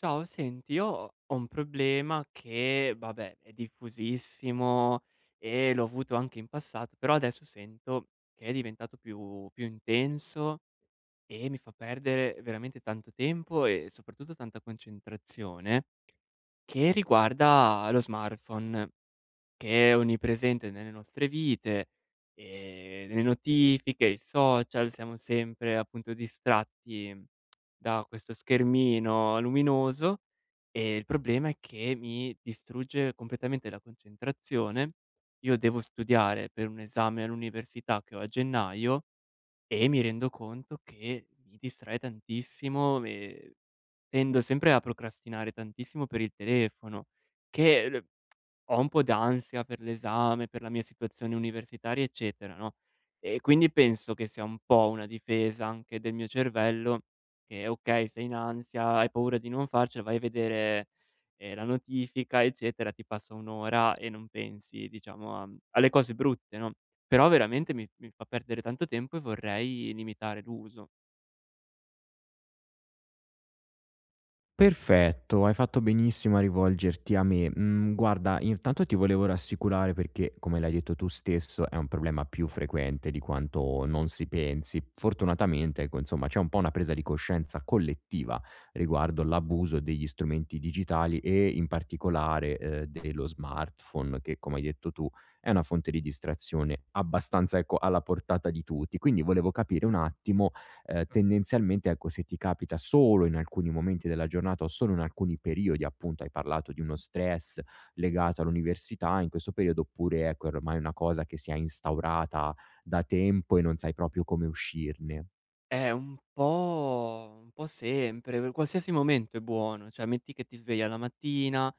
Ciao, senti, io ho un problema che, vabbè, è diffusissimo e l'ho avuto anche in passato, però adesso sento che è diventato più intenso e mi fa perdere veramente tanto tempo e soprattutto tanta concentrazione, che riguarda lo smartphone. Che è onnipresente nelle nostre vite, le notifiche, i social, siamo sempre appunto distratti da questo schermino luminoso, e il problema è che mi distrugge completamente la concentrazione. Io devo studiare per un esame all'università che ho a gennaio e mi rendo conto che mi distrae tantissimo e tendo sempre a procrastinare tantissimo per il telefono che l ho un po' d'ansia per l'esame, per la mia situazione universitaria, eccetera, no, e quindi penso che sia un po' una difesa anche del mio cervello che: "Okay, sei in ansia, hai paura di non farcela, vai a vedere, la notifica, eccetera, ti passa 1 ora e non pensi diciamo a alle cose brutte", no, però veramente mi fa perdere tanto tempo e vorrei limitare l'uso. Perfetto, hai fatto benissimo a rivolgerti a me. Mhmm, guarda, intanto ti volevo rassicurare perché, come l'hai detto tu stesso, è un problema più frequente di quanto non si pensi. Fortunatamente, ecco, insomma, c'è un po' una presa di coscienza collettiva riguardo l'abuso degli strumenti digitali e in particolare, dello smartphone che, come hai detto tu, è una fonte di distrazione abbastanza, ecco, alla portata di tutti. Quindi volevo capire un attimo. Tendenzialmente, ecco, se ti capita solo in alcuni momenti della giornata o solo in alcuni periodi, appunto, hai parlato di uno stress legato all'università in questo periodo, oppure, ecco, è ormai una cosa che si è instaurata da tempo e non sai proprio come uscirne. Un po' sempre, per qualsiasi momento è buono, cioè metti che ti svegli alla mattina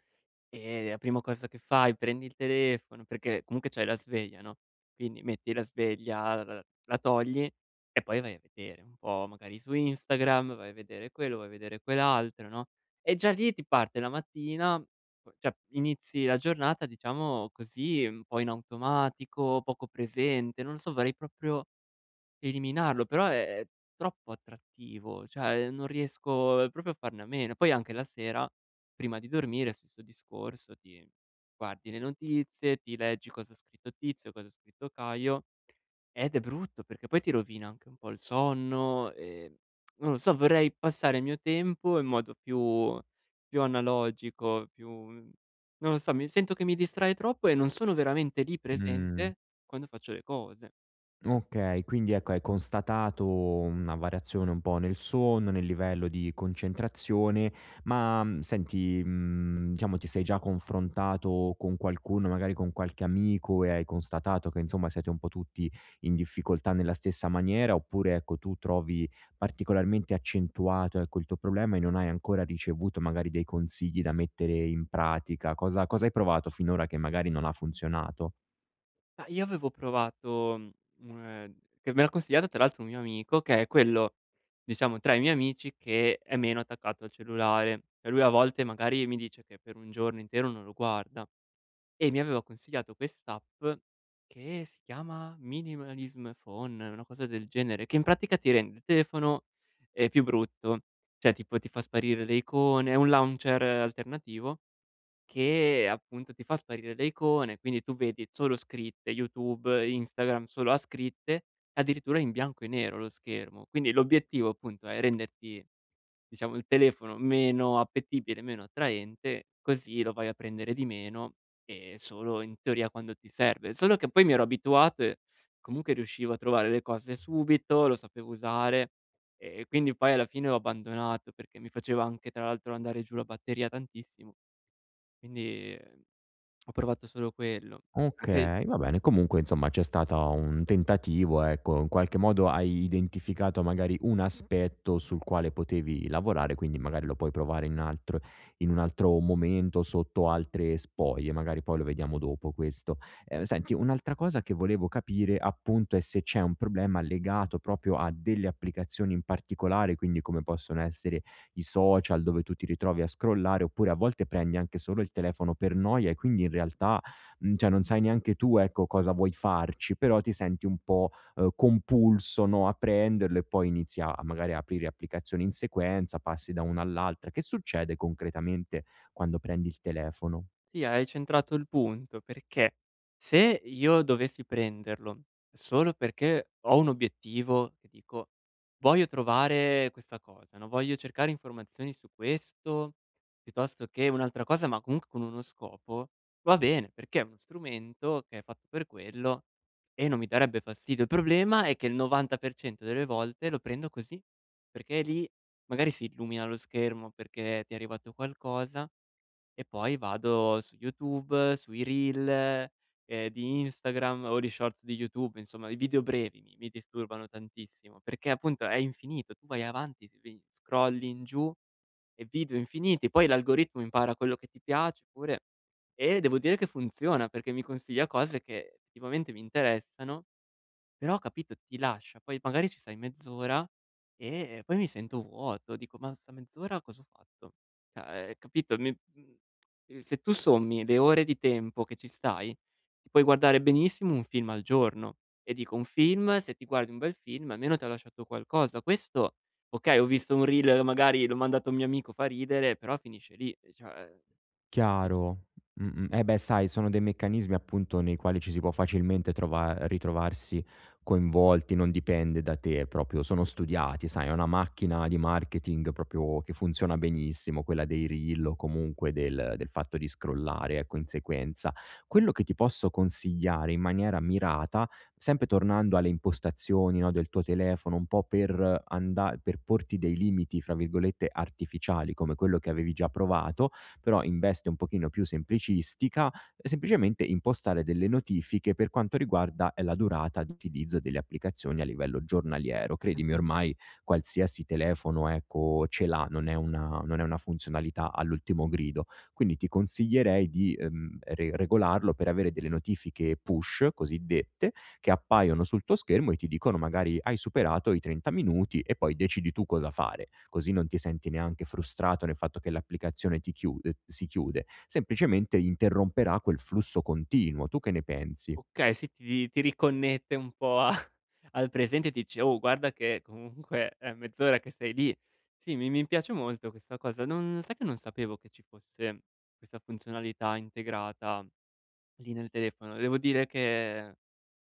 e la prima cosa che fai, prendi il telefono perché comunque c'hai la sveglia, no, quindi metti la sveglia, la togli e poi vai a vedere un po' magari su Instagram, vai a vedere quello, vai a vedere quell'altro, no, e già lì ti parte la mattina, cioè inizi la giornata diciamo così, un po' in automatico, poco presente, non lo so, vorrei proprio eliminarlo, però è troppo attrattivo, cioè non riesco proprio a farne a meno. Poi anche la sera, prima di dormire, stesso discorso, ti guardi le notizie, ti leggi cosa ha scritto Tizio, cosa ha scritto Caio, ed è brutto perché poi ti rovina anche un po' il sonno, non lo so, vorrei passare il mio tempo in modo più analogico, più non lo so, mi sento che mi distrae troppo e non sono veramente lì Mh. presente quando faccio le cose. Okay, quindi ecco hai constatato una variazione un po' nel sonno, nel livello di concentrazione, ma, mhmm, senti, mhmm, diciamo ti sei già confrontato con qualcuno, magari con qualche amico e hai constatato che insomma siete un po' tutti in difficoltà nella stessa maniera, oppure ecco tu trovi particolarmente accentuato, ecco, il tuo problema e non hai ancora ricevuto magari dei consigli da mettere in pratica? Cosa hai provato finora che magari non ha funzionato? Ma io avevo provato, mhmm, che me l'ha consigliato tra l'altro un mio amico, che è quello, diciamo, tra i miei amici che è meno attaccato al cellulare. Cioè lui a volte magari mi dice che per un giorno intero non lo guarda e mi aveva consigliato quest'app che si chiama Minimalism Phone, una cosa del genere, che in pratica ti rende il telefono, più brutto. Cioè tipo ti fa sparire le icone, è un launcher alternativo che appunto ti fa sparire le icone, quindi tu vedi solo scritte, YouTube, Instagram solo a scritte, addirittura in bianco e nero lo schermo. Quindi l'obiettivo appunto è renderti, diciamo, il telefono meno appetibile, meno attraente, così lo vai a prendere di meno e solo in teoria quando ti serve. Solo che poi mi ero abituato e comunque riuscivo a trovare le cose subito, lo sapevo usare e quindi poi alla fine ho abbandonato perché mi faceva anche tra l'altro andare giù la batteria tantissimo. Quindi, ho provato solo quello. Anche Okay, va bene. Comunque insomma c'è stata un tentativo, ecco, in qualche modo hai identificato magari un aspetto sul quale potevi lavorare, quindi magari lo puoi provare in un altro momento, sotto altre spoglie, magari poi lo vediamo dopo questo. Senti, un'altra cosa che volevo capire appunto è se c'è un problema legato proprio a delle applicazioni in particolare, quindi come possono essere i social dove tu ti ritrovi a scrollare, oppure a volte prendi anche solo il telefono per noia e quindi in realtà mhmm, cioè non sai neanche tu, ecco, cosa vuoi farci, però ti senti un po', compulso, no, a prenderlo e poi inizi a magari a aprire applicazioni in sequenza, passi da una all'altra. Che succede concretamente quando prendi il telefono? sì, hai centrato il punto, perché se io dovessi prenderlo solo perché ho un obiettivo che dico: "Voglio trovare questa cosa, no, voglio cercare informazioni su questo, piuttosto che un'altra cosa", ma comunque con uno scopo, va bene, perché è uno strumento che è fatto per quello e non mi darebbe fastidio. Il problema è che il 90% delle volte lo prendo così, perché lì magari si illumina lo schermo perché ti è arrivato qualcosa e poi vado su YouTube, sui reel, di Instagram o di short di YouTube, insomma i video brevi mi disturbano tantissimo, perché appunto è infinito, tu vai avanti, svi scrolli in giù e video infiniti, poi l'algoritmo impara quello che ti piace pure e devo dire che funziona, perché mi consiglia cose che effettivamente mi interessano, però capito, ti lascia, poi magari ci stai mezz'ora e poi mi sento vuoto, dico: "Ma sta mezz'ora cosa ho fatto?" Cioè, capito, se tu sommi le ore di tempo che ci stai, ti puoi guardare benissimo un film al giorno e dico un film, se ti guardi un bel film almeno ti ha lasciato qualcosa. Questo okay, ho visto un reel, magari l'ho mandato a un mio amico, fa ridere, però finisce lì, cioè. Chiaro. Mh-mh. Eh beh, sai, sono dei meccanismi appunto nei quali ci si può facilmente trova ritrovarsi coinvolti, non dipende da te proprio, sono studiati, sai, è una macchina di marketing proprio che funziona benissimo, quella dei reel o comunque del fatto di scrollare, ecco, in sequenza. Quello che ti posso consigliare in maniera mirata, sempre tornando alle impostazioni, no, del tuo telefono, un po' per porti dei limiti, fra virgolette, "artificiali", come quello che avevi già provato, però in veste un pochino più semplicistica, semplicemente impostare delle notifiche per quanto riguarda, la durata di utilizzo delle applicazioni a livello giornaliero. Credimi Mh-mh. ormai qualsiasi telefono, ecco, ce l'ha, non è una funzionalità all'ultimo grido. Quindi ti consiglierei di, re regolarlo per avere delle notifiche push cosiddette, che appaiono sul tuo schermo e ti dicono magari: "Hai superato i 30 minuti", e poi decidi tu cosa fare. Così non ti senti neanche frustrato nel fatto che l'applicazione ti chiude si chiude, semplicemente interromperà quel flusso continuo. Tu che ne pensi? Okay, sì, ti riconnette un po' a al presente e ti dice: "Oh, guarda che comunque è mezz'ora che sei lì." Sì, mi piace molto questa cosa. Non sai che non sapevo che ci fosse questa funzionalità integrata lì nel telefono. Devo dire che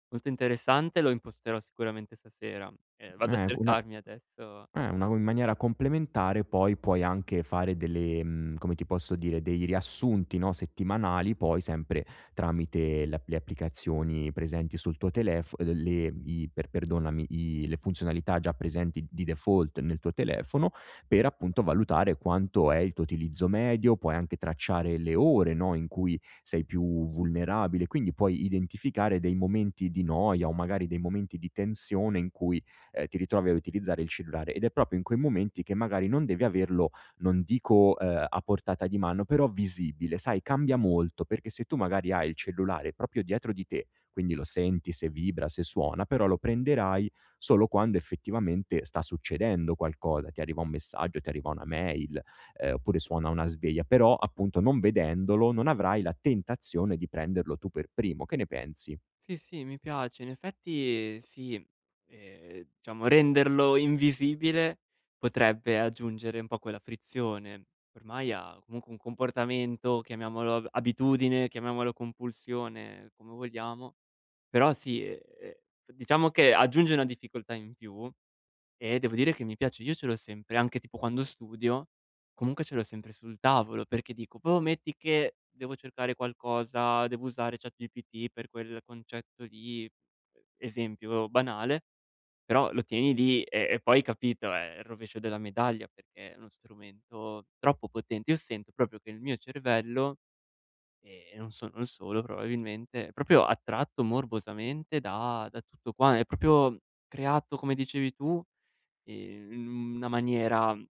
molto interessante, lo imposterò sicuramente stasera. Vado a Eh, una cercarmi adesso. Una in maniera complementare poi puoi anche fare delle mhmm, come ti posso dire, dei riassunti, no, settimanali poi sempre tramite le applicazioni presenti sul tuo telefo le i per perdonami, i le funzionalità già presenti di default nel tuo telefono, per appunto valutare quanto è il tuo utilizzo medio, puoi anche tracciare le ore, no, in cui sei più vulnerabile, quindi puoi identificare dei momenti di noia o magari dei momenti di tensione in cui ti ritrovi a utilizzare il cellulare ed è proprio in quei momenti che magari non devi averlo, non dico, a portata di mano, però visibile, sai, cambia molto, perché se tu magari hai il cellulare proprio dietro di te, quindi lo senti se vibra, se suona, però lo prenderai solo quando effettivamente sta succedendo qualcosa, ti arriva un messaggio, ti arriva una mail, oppure suona una sveglia, però appunto non vedendolo non avrai la tentazione di prenderlo tu per primo. Che ne pensi? Sì, sì, mi piace. In effetti sì, diciamo renderlo invisibile potrebbe aggiungere un po' quella frizione. Ormai ha comunque un comportamento, chiamiamolo ab abitudine, chiamiamolo compulsione, come vogliamo, però sì, diciamo che aggiunge una difficoltà in più e devo dire che mi piace, io ce l'ho sempre, anche tipo quando studio, comunque ce l'ho sempre sul tavolo, perché dico: "Boh, metti che devo cercare qualcosa, devo usare ChatGPT per quel concetto lì", esempio banale, però lo tieni lì e poi capito, è il rovescio della medaglia perché è uno strumento troppo potente. Io sento proprio che il mio cervello, e non sono il solo probabilmente, è proprio attratto morbosamente da tutto qua, è proprio creato, come dicevi tu, in una maniera mhmm,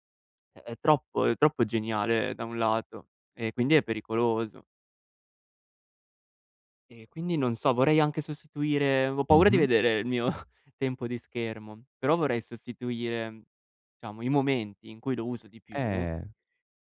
è troppo geniale da un lato, e quindi è pericoloso. E quindi non so, vorrei anche sostituire, ho paura di Mh-mh. vedere il mio tempo di schermo, però vorrei sostituire, diciamo, i momenti in cui lo uso di più, Eh.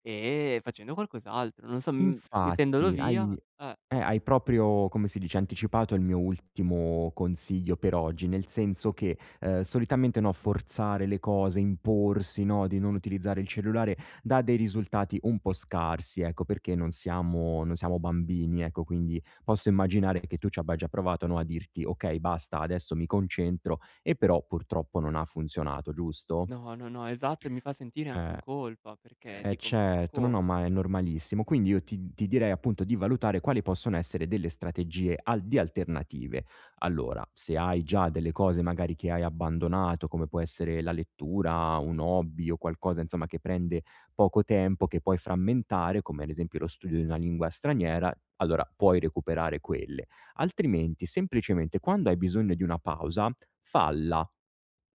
facendo qualcos'altro. Non so, mhmm, mettendolo Infatti, via hai Eh, hai proprio, come si dice, anticipato il mio ultimo consiglio per oggi, nel senso che, solitamente, no, forzare le cose, imporsi, no, di non utilizzare il cellulare, dà dei risultati un po' scarsi, ecco, perché non siamo bambini, ecco. Quindi posso immaginare che tu ci abbia già provato, no, a dirti: "Okay, basta, adesso mi concentro", e però purtroppo non ha funzionato, giusto? no, no, no, esatto, e mi fa sentire anche in Eh. colpa perché Eh dico: "Ma certo, no, come?" no, ma è normalissimo. Quindi io ti direi appunto di valutare quali possono essere delle strategie al di alternative. Allora, se hai già delle cose magari che hai abbandonato, come può essere la lettura, un hobby o qualcosa insomma che prende poco tempo, che puoi frammentare, come ad esempio lo studio di una lingua straniera, allora puoi recuperare quelle. Altrimenti semplicemente quando hai bisogno di una pausa, falla.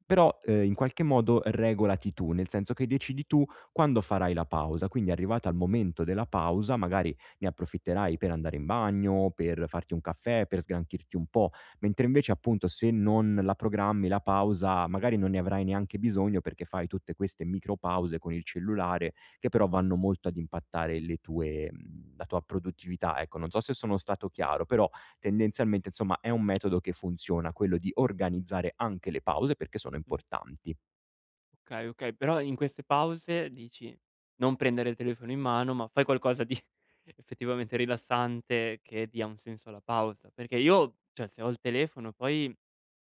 Però, in qualche modo regolati tu, nel senso che decidi tu quando farai la pausa, quindi arrivata al momento della pausa magari ne approfitterai per andare in bagno, per farti un caffè, per sgranchirti un po', mentre invece appunto se non la programmi la pausa, magari non ne avrai neanche bisogno perché fai tutte queste micro pause con il cellulare che però vanno molto ad impattare le tue mhmm, la tua produttività, ecco. Non so se sono stato chiaro, però tendenzialmente, insomma, è un metodo che funziona, quello di organizzare anche le pause perché sono importanti. Okay, okay, però in queste pause dici: non prendere il telefono in mano, ma fai qualcosa di effettivamente rilassante che dia un senso alla pausa. Perché io, cioè se ho il telefono poi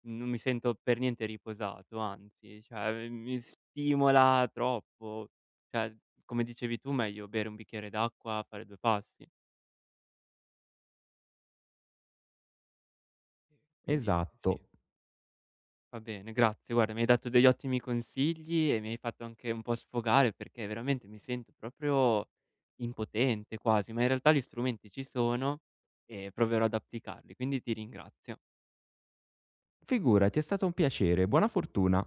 non mi sento per niente riposato, anzi, cioè mi stimola troppo. Cioè, come dicevi tu, meglio bere un bicchiere d'acqua, fare 2 passi. Quindi sì. Esatto. Va bene, grazie. Guarda, mi hai dato degli ottimi consigli e mi hai fatto anche un po' sfogare perché veramente mi sento proprio impotente quasi, ma in realtà gli strumenti ci sono e proverò ad applicarli, quindi ti ringrazio. Figurati, è stato un piacere. Buona fortuna.